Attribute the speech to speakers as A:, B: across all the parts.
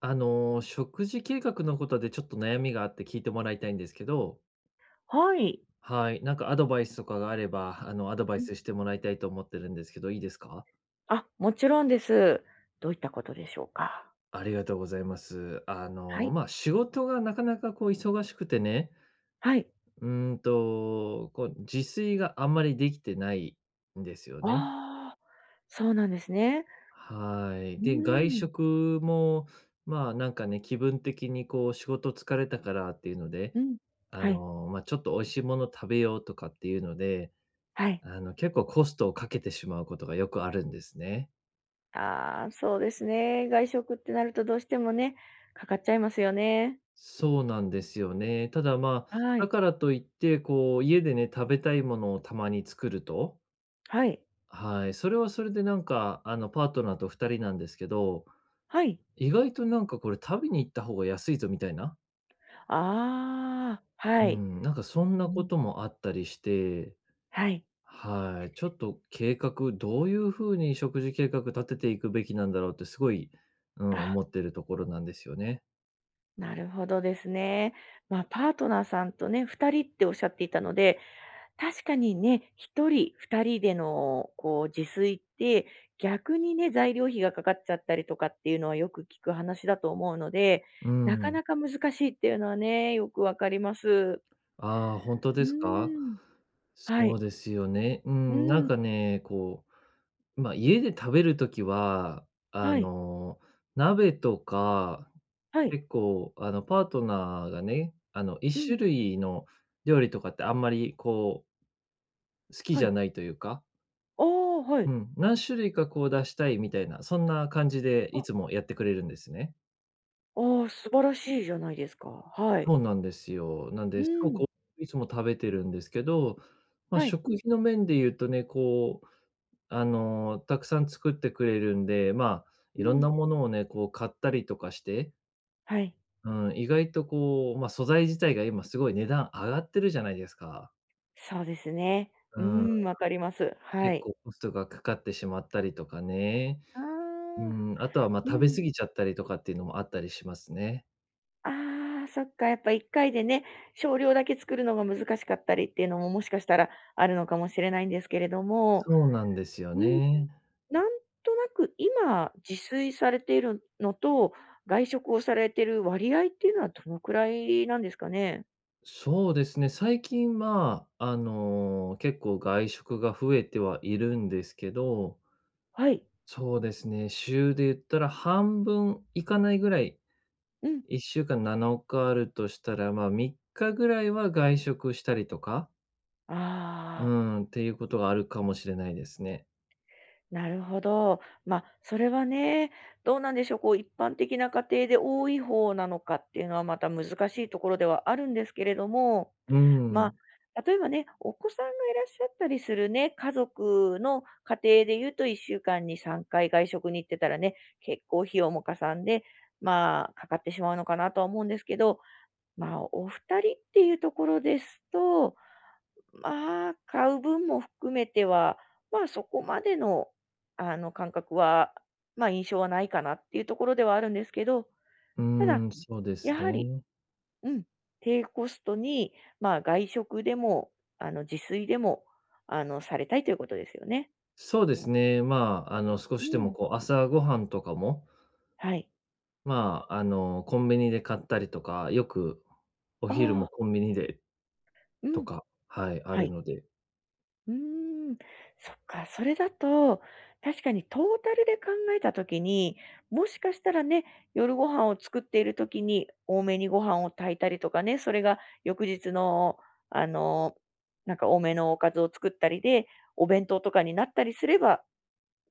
A: 食事計画のことでちょっと悩みがあって聞いてもらいたいんですけど、
B: はい。
A: はい、なんかアドバイスとかがあれば、アドバ
B: う
A: イ
B: ん。
A: スしてもらいたいと思ってるんですけど、いいですか？
B: あ、もちろんです。どういったことでしょうか？
A: ありがとうございます。
B: はい。
A: 仕事がなかなかこう忙しくてね、
B: はい。
A: こう自炊があんまりできてないんですよね。
B: ああ、そうなんですね。
A: はい。
B: うー
A: で、外
B: ん、
A: 食も、まあ、なんかね、気分的にこう仕事疲れたからっていうので、
B: うん。はい、
A: ちょっと美味しいもの食べようとかっていうので、
B: はい。
A: 結構コストをかけてしまうことがよくあるんですね。
B: ああ、そうですね。外食ってなるとどうしてもね、かかっちゃいますよね。
A: そうなんですよね。ただ、まあ、
B: は
A: だ
B: い、
A: からといって、こう、家でね、食べたいものをたまに作ると、
B: はい、
A: はい、それはそれでなんか、パートナーと2人なんですけど、
B: はい。
A: 意外となんかこれ食べに行った方が安いぞみたいな、
B: ああ、
A: う
B: はい。
A: ん、なんかそん
B: う
A: なこ
B: ん。
A: ともあったりして、
B: はい。
A: はい、ちょっと計画、どういうふうに食事計画立てていくべきなんだろうってすごい、うん、
B: あ、
A: 思ってるところなんですよね。
B: なるほどですね。まあ、パートナーさんとね、2人っておっしゃっていたので、確かにね、一人、二人でのこう自炊って、逆にね、材料費がかかっちゃったりとかっていうのはよく聞く話だと思うので、
A: う
B: なか
A: ん。
B: なか難しいっていうのはね、よくわかります。
A: ああ、ほ
B: う
A: ですか？
B: ーん。は
A: そう
B: い。
A: ですよね。う
B: う
A: ん、な
B: ー
A: ん
B: ん。
A: かね、家で食べる時は、
B: はい。
A: 鍋とか、
B: はい。
A: 結構パートナーがね、
B: う
A: 一
B: ん。
A: 種類の料理とかってあんまりこう、好き
B: は
A: じゃ
B: い。
A: ないというか、
B: ああ、は
A: う
B: い。
A: ん、何種類かこう出したいみたいな、そんな感じでい
B: あ、
A: つもやってくれるんですね。
B: ああ、素晴らしいじゃないですか。はい。
A: そうなんですよ。なん
B: う
A: で、すご
B: ーん。
A: くいつも食べてるんですけど、まあ、
B: はい。
A: 食費の面で言うとね、こう、たくさん作ってくれるんで、まあ、
B: う
A: いろん
B: ん。
A: なものをね、こう買ったりとかして、
B: はい。
A: うん、意外とこう、まあ、素材自体が今すごい値段上がってるじゃないですか。
B: そうですね。
A: う
B: う
A: ん、
B: ーん、わかります。は
A: 結
B: い。
A: 構コストがかかってしまったりとかね。
B: あ
A: う
B: あ、
A: ん、あとは、ま、
B: う
A: 食べ
B: ん。
A: 過ぎちゃったりとかっていうのもあったりしますね。
B: ああ、そっか、やっぱ1回でね、少量だけ作るのが難しかったりっていうのも、もしかしたらあるのかもしれないんですけれども、
A: そうなんですよ
B: うん。
A: ね。
B: なんとなく今自炊されているのと、外食をされている割合っていうのはどのくらいなんですかね？
A: そうですね、最近まあ、結構外食が増えてはいるんですけど、
B: はい。
A: そうですね、週で言ったら半分いかないぐらい、
B: うん。
A: 1週間7日あるとしたら、まあ、3日ぐらいは外食したりとか、う
B: ああ、
A: ん、っていうことがあるかもしれないですね。
B: なるほど。まあ、それはね、どうなんでしょう、こう一般的な家庭で多い方なのかっていうのはまた難しいところではあるんですけれども、
A: う
B: ま
A: ん、
B: あ、例えばね、お子さんがいらっしゃったりするね、家族の家庭で言うと1週間に3回外食に行ってたらね、結構費用もかさんで、まあ、かかってしまうのかなとは思うんですけど、まあ、お二人っていうところですと、まあ、買う分も含めては、まあ、そこまでの、感覚は、まあ、印象はないかなっていうところではあるんですけど、
A: う
B: ただ、
A: ん、そうです
B: やはり
A: ね。
B: うん。低コストに、まあ、外食でも、自炊でも、されたいということですよね。
A: そうですね、まあ、少
B: う
A: しでも
B: ん。
A: こう朝ごはんとかも、
B: はい。
A: コンビニで買ったりとか、よくお
B: あ
A: 昼も
B: あ、
A: コンビニで
B: う
A: と
B: ん。
A: か、はい、あ
B: は
A: る
B: い。
A: ので。
B: うーん。そっか、それだと、確かにトータルで考えたときに、もしかしたらね、夜ご飯を作っているときに多めにご飯を炊いたりとかね、それが翌日の、あの、なんか多めのおかずを作ったりで、お弁当とかになったりすれば、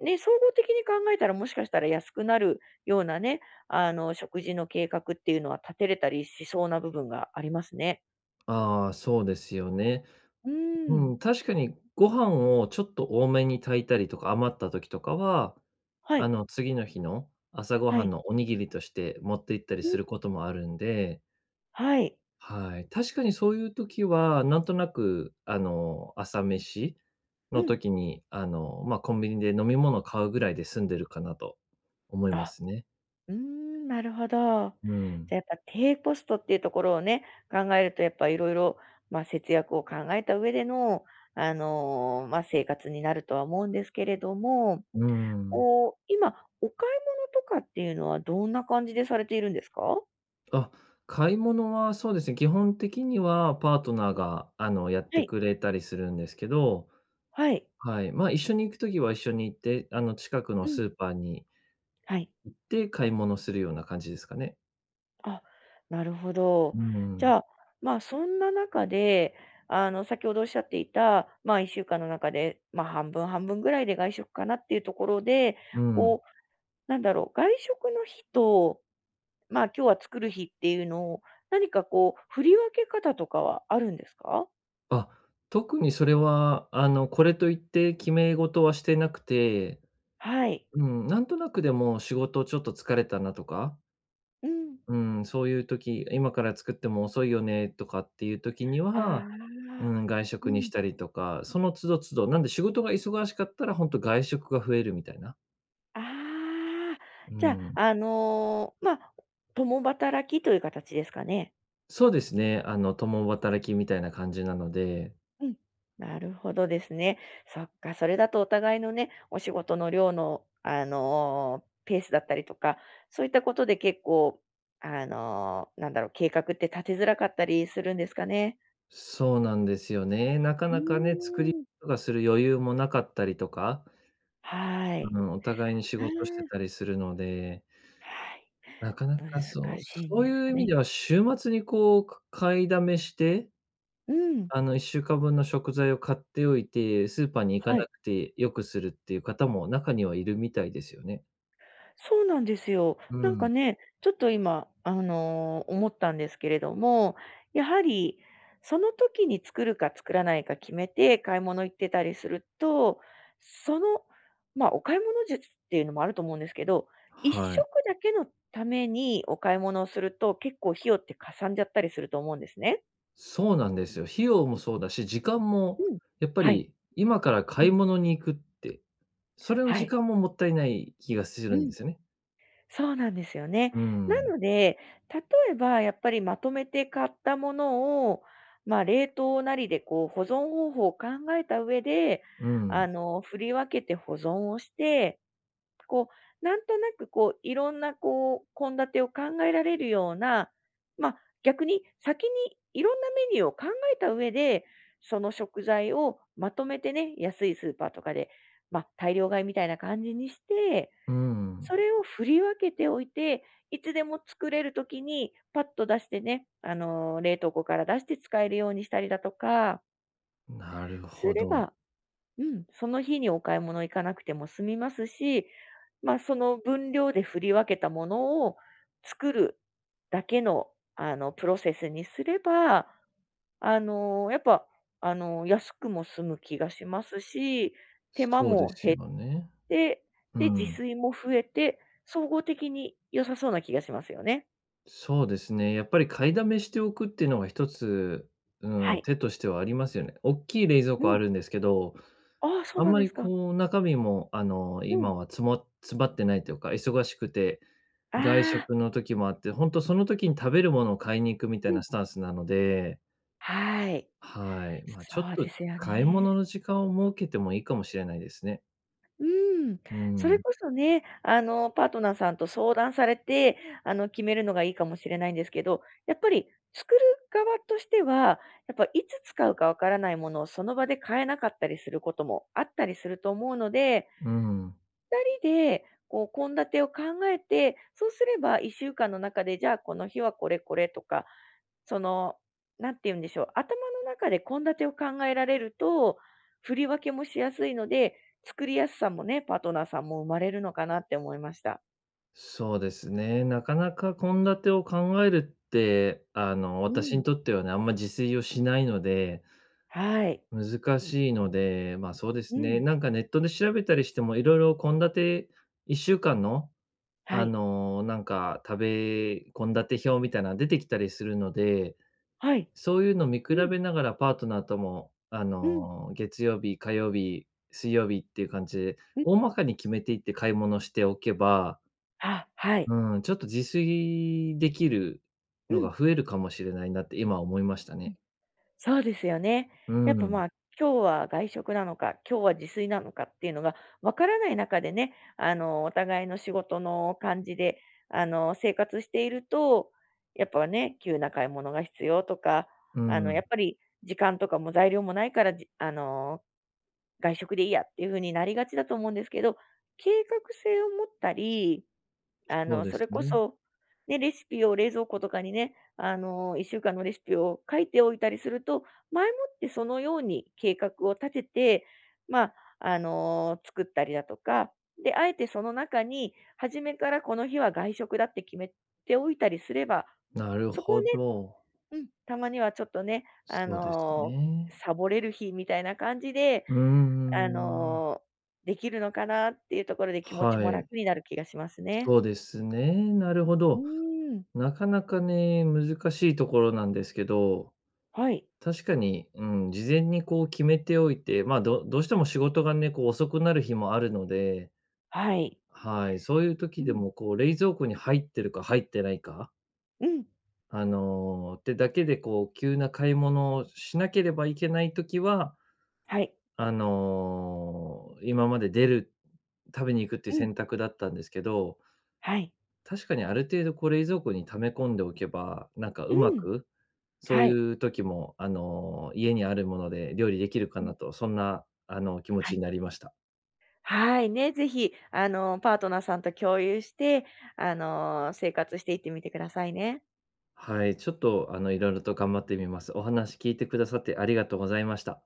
B: ね、総合的に考えたらもしかしたら安くなるようなね、食事の計画っていうのは立てれたりしそうな部分がありますね。
A: ああ、そうですよね。
B: うー
A: う
B: ん。
A: ん、確かにご飯をちょっと多めに炊いたりとか、余った時とかは、
B: はい、
A: 次の日の朝ご
B: は
A: はん
B: い、
A: のおにぎりとして持って行ったり
B: う
A: す
B: ん。
A: ることもあるんで、
B: はい。
A: はい。確かにそういう時は、なんとなく、朝飯
B: う
A: の
B: ん。
A: 時に、コンビニで飲み物買うぐらいで済んでるかなと思いま
B: あ、
A: すね。
B: うーん、なるほど。
A: う
B: じ
A: ん。
B: ゃ、やっぱ低コストっていうところをね、考えるとやっぱいろいろまあ、節約を考えた上での、まあ、生活になるとは思うんですけれども、
A: うん。
B: こう、今お買い物とかっていうのはどんな感じでされているんですか？
A: あ、買い物はそうですね、基本的にはパートナーが、やっ
B: は
A: て
B: い。
A: くれたりするんですけど、
B: はい。
A: はい、まあ、一緒に行く時は一緒に行って、近くの
B: う
A: ス
B: ん。
A: ーパーに行
B: はい。
A: って買い物するような感じですかね。
B: あ、なるほど。
A: う
B: じゃ
A: ん。
B: あ、まあ、そんな中で、先ほどおっしゃっていた、まあ、1週間の中で、まあ、半分半分ぐらいで外食かなっていうところで、
A: うん。
B: こう、なんだろう、外食の日と、まあ、今日は作る日っていうのを、何かこう、振り分け方とかはあるんですか？
A: あ、特にそれは、これといって決め事はしてなくて、
B: はい。
A: うん、なんとなくでも仕事ちょっと疲れたなとか、
B: うん。
A: うん、そういう時、今から作っても遅いよねとかっていう時に
B: ああ。
A: は、うん、外
B: う
A: 食に
B: ん。
A: したりとか、その都度都度、なんで仕事が忙しかったら本当外食が増えるみたいな。
B: ああ、
A: う
B: じゃあ、
A: ん。
B: まあ、共働きという形ですかね？
A: そうですね、共働きみたいな感じなので、
B: うん、なるほどですね。そっか、それだとお互いのね、お仕事の量の、ペースだったりとか、そういったことで結構、なんだろう、計画って立てづらかったりするんですかね？
A: そうなんですよね。なか
B: う
A: なかね、作り
B: ーん。
A: とかする余裕もなかったりとか、
B: はい。
A: うん、お互いに仕
B: あ
A: 事して
B: ー
A: たりするので、
B: はい。
A: なかな
B: 難
A: かそう
B: しいん
A: そ
B: で
A: う
B: す
A: いう
B: が
A: 意味
B: ね。
A: では週末にこう、買いだめして
B: うん。
A: 1週間分の食材を買っておいて、スーパーに行か
B: はい。
A: なくてよくするっていう方も中にはいるみたいですよね。
B: そうなんですよ。
A: う
B: なんか
A: ん、
B: ね、ちょっと今、思ったんですけれども、やはりその時に作るか作らないか決めて買い物行ってたりすると、その、まあ、お買い物術っていうのもあると思うんですけど、一食
A: はい。
B: だけのためにお買い物をすると、結構費用ってかさんじゃったりすると思うんですね。
A: そうなんですよ。費用もそうだし、時間も
B: うん。
A: やっぱ
B: はい。
A: り今から
B: う
A: 買い
B: ん。
A: 物に行くって、それの
B: は
A: 時
B: い。
A: 間ももったいない気がす
B: う
A: るんで
B: ん。
A: すよね。
B: そうなんですよね。
A: う
B: な
A: ん、
B: ので、例えばやっぱりまとめて買ったものを、まあ、冷凍なりでこう保存方法を考えた上で、
A: うん、
B: 振り分けて保存をして、こう、なんとなくこう、いろんなこう、献立を考えられるような、まあ、逆に先にいろんなメニューを考えた上で、その食材をまとめてね、安いスーパーとかで、まあ、大量買いみたいな感じにして、
A: うん。
B: それを振り分けておいて、いつでも作れる時にパッと出してね、冷凍庫から出して使えるようにしたりだとか、
A: なる
B: す
A: ほ
B: れ
A: ど。
B: ば、うん、その日にお買い物行かなくても済みますし、まあ、その分量で振り分けたものを作るだけの、プロセスにすれば、やっぱ、安くも済む気がしますし、手間
A: そうで
B: も
A: す
B: 減
A: よ
B: っ
A: ね。
B: て、
A: う
B: で、自
A: ん。
B: 炊も増えて、総合的に良さそうな気がしますよね。
A: そうですね。やっぱり買いだめしておくっていうのが一つ、う
B: は
A: ん、
B: い。
A: 手としてはありますよね。大きい冷蔵
B: う
A: 庫あ
B: ん。
A: るんですけど、
B: ああ、そう
A: あん
B: なん
A: ま
B: で
A: り
B: すか。
A: こう中身も
B: うん。
A: 今はつもつまってないというか、忙しくて、外
B: ああ、
A: 食の時もあって、本当その時に食べるものを買いに行くみた
B: う
A: い
B: ん。
A: なスタンスなので、
B: はい。
A: はい。ま、ちょっ
B: そうで
A: と
B: すよ
A: 買い
B: ね。
A: 物の時間を設けてもいいかもしれないですね。
B: うん。
A: う
B: それ
A: ん、
B: こそね、パートナーさんと相談されて、決めるのがいいかもしれないんですけど、やっぱり作る側としては、やっぱいつ使うかわからないものをその場で買えなかったりすることもあったりすると思うので、
A: うん。
B: 2人でこう献立を考えて、そうすれば1週間の中で、じゃあこの日はこれこれとか、その、なんて言うんでしょう、頭の中で献立を考えられると、振り分けもしやすいので、作りやすさもね、パートナーさんも生まれるのかなって思いました。
A: そうですね。なかなか献立を考えるって、
B: う
A: 私に
B: ん。
A: とってはね、あんま自炊をしないので、
B: はい。
A: 難しいので、まあ、そうで
B: う
A: すね。
B: ん。
A: なんかネットで調べたりしても、いろいろ献立1週間の、
B: はい。
A: なんか食べ献立表みたいなの出てきたりするので、
B: はい。
A: そういうの見
B: う
A: 比
B: ん。
A: べながらパートナーとも、
B: うん。
A: 月曜日、火曜日、水曜日っていう感じで、
B: うん。
A: 大まかに決めていって買い物しておけば、
B: あ、はい。
A: うん、ちょっと自炊できる
B: う
A: の
B: ん。
A: が増えるかもしれないなって今思いましたね。
B: そうですよね。
A: う
B: やっぱ、
A: ん、
B: まあ、今日は外食なのか、今日は自炊なのかっていうのがわからない中でね、お互いの仕事の感じで、生活していると、やっぱね、急な買い物が必要とか、
A: う
B: や
A: ん、
B: っぱり時間とかも材料もないから、じあの、外食でいいやっていう風になりがちだと思うんですけど、計画性を持ったり、
A: そうで
B: そ
A: す
B: れこ
A: ね。
B: そ、ね、レシピを冷蔵庫とかにね、1週間のレシピを書いておいたりすると、前もってそのように計画を立てて、まあ、作ったりだとか、で、あえてその中に、初めからこの日は外食だって決めておいたりすれば、
A: なる
B: そこを
A: ほ
B: ね、
A: ど。
B: うん、たまにはちょっとね、
A: そうですね。
B: サボれる日みたいな感じで、
A: うー
B: あ
A: ん。
B: の、できるのかなっていうところで気持ち
A: は
B: も
A: い。
B: 楽になる気がしますね。
A: そうですね。なるほ
B: う
A: ど。
B: ーん
A: なかなかね、難しいところなんですけど、
B: はい。
A: 確かに、うん、事前にこう決めておいて、まあ、どどうしても仕事がね、こう遅くなる日もあるので、
B: はい。
A: はい、そういう
B: う
A: 時で
B: ん。
A: もこう冷蔵庫に入ってるか入ってないか、
B: うん。
A: だけでこう急な買い物をしなければいけない時は、
B: はい。
A: 今まで出る食べに行くっていう
B: うん。
A: 選択だったんですけど、
B: はい。
A: 確かにある程度こう冷蔵庫に溜め込んでおけば、なんか
B: う
A: うま
B: ん。
A: く、そう
B: はい。
A: いう時も、家にあるもので料理できるか
B: うん。
A: なと、そんな、気持
B: は
A: ちに
B: い。
A: なりました。
B: はい、ね、ぜひ、パートナーさんと共有して、生活していってみてくださいね。
A: はい、ちょっと、いろいろと頑張ってみます。お話聞いてくださってありがとうございました。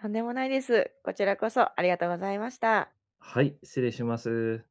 B: とんでもないです。こちらこそありがとうございました。
A: はい、失礼します。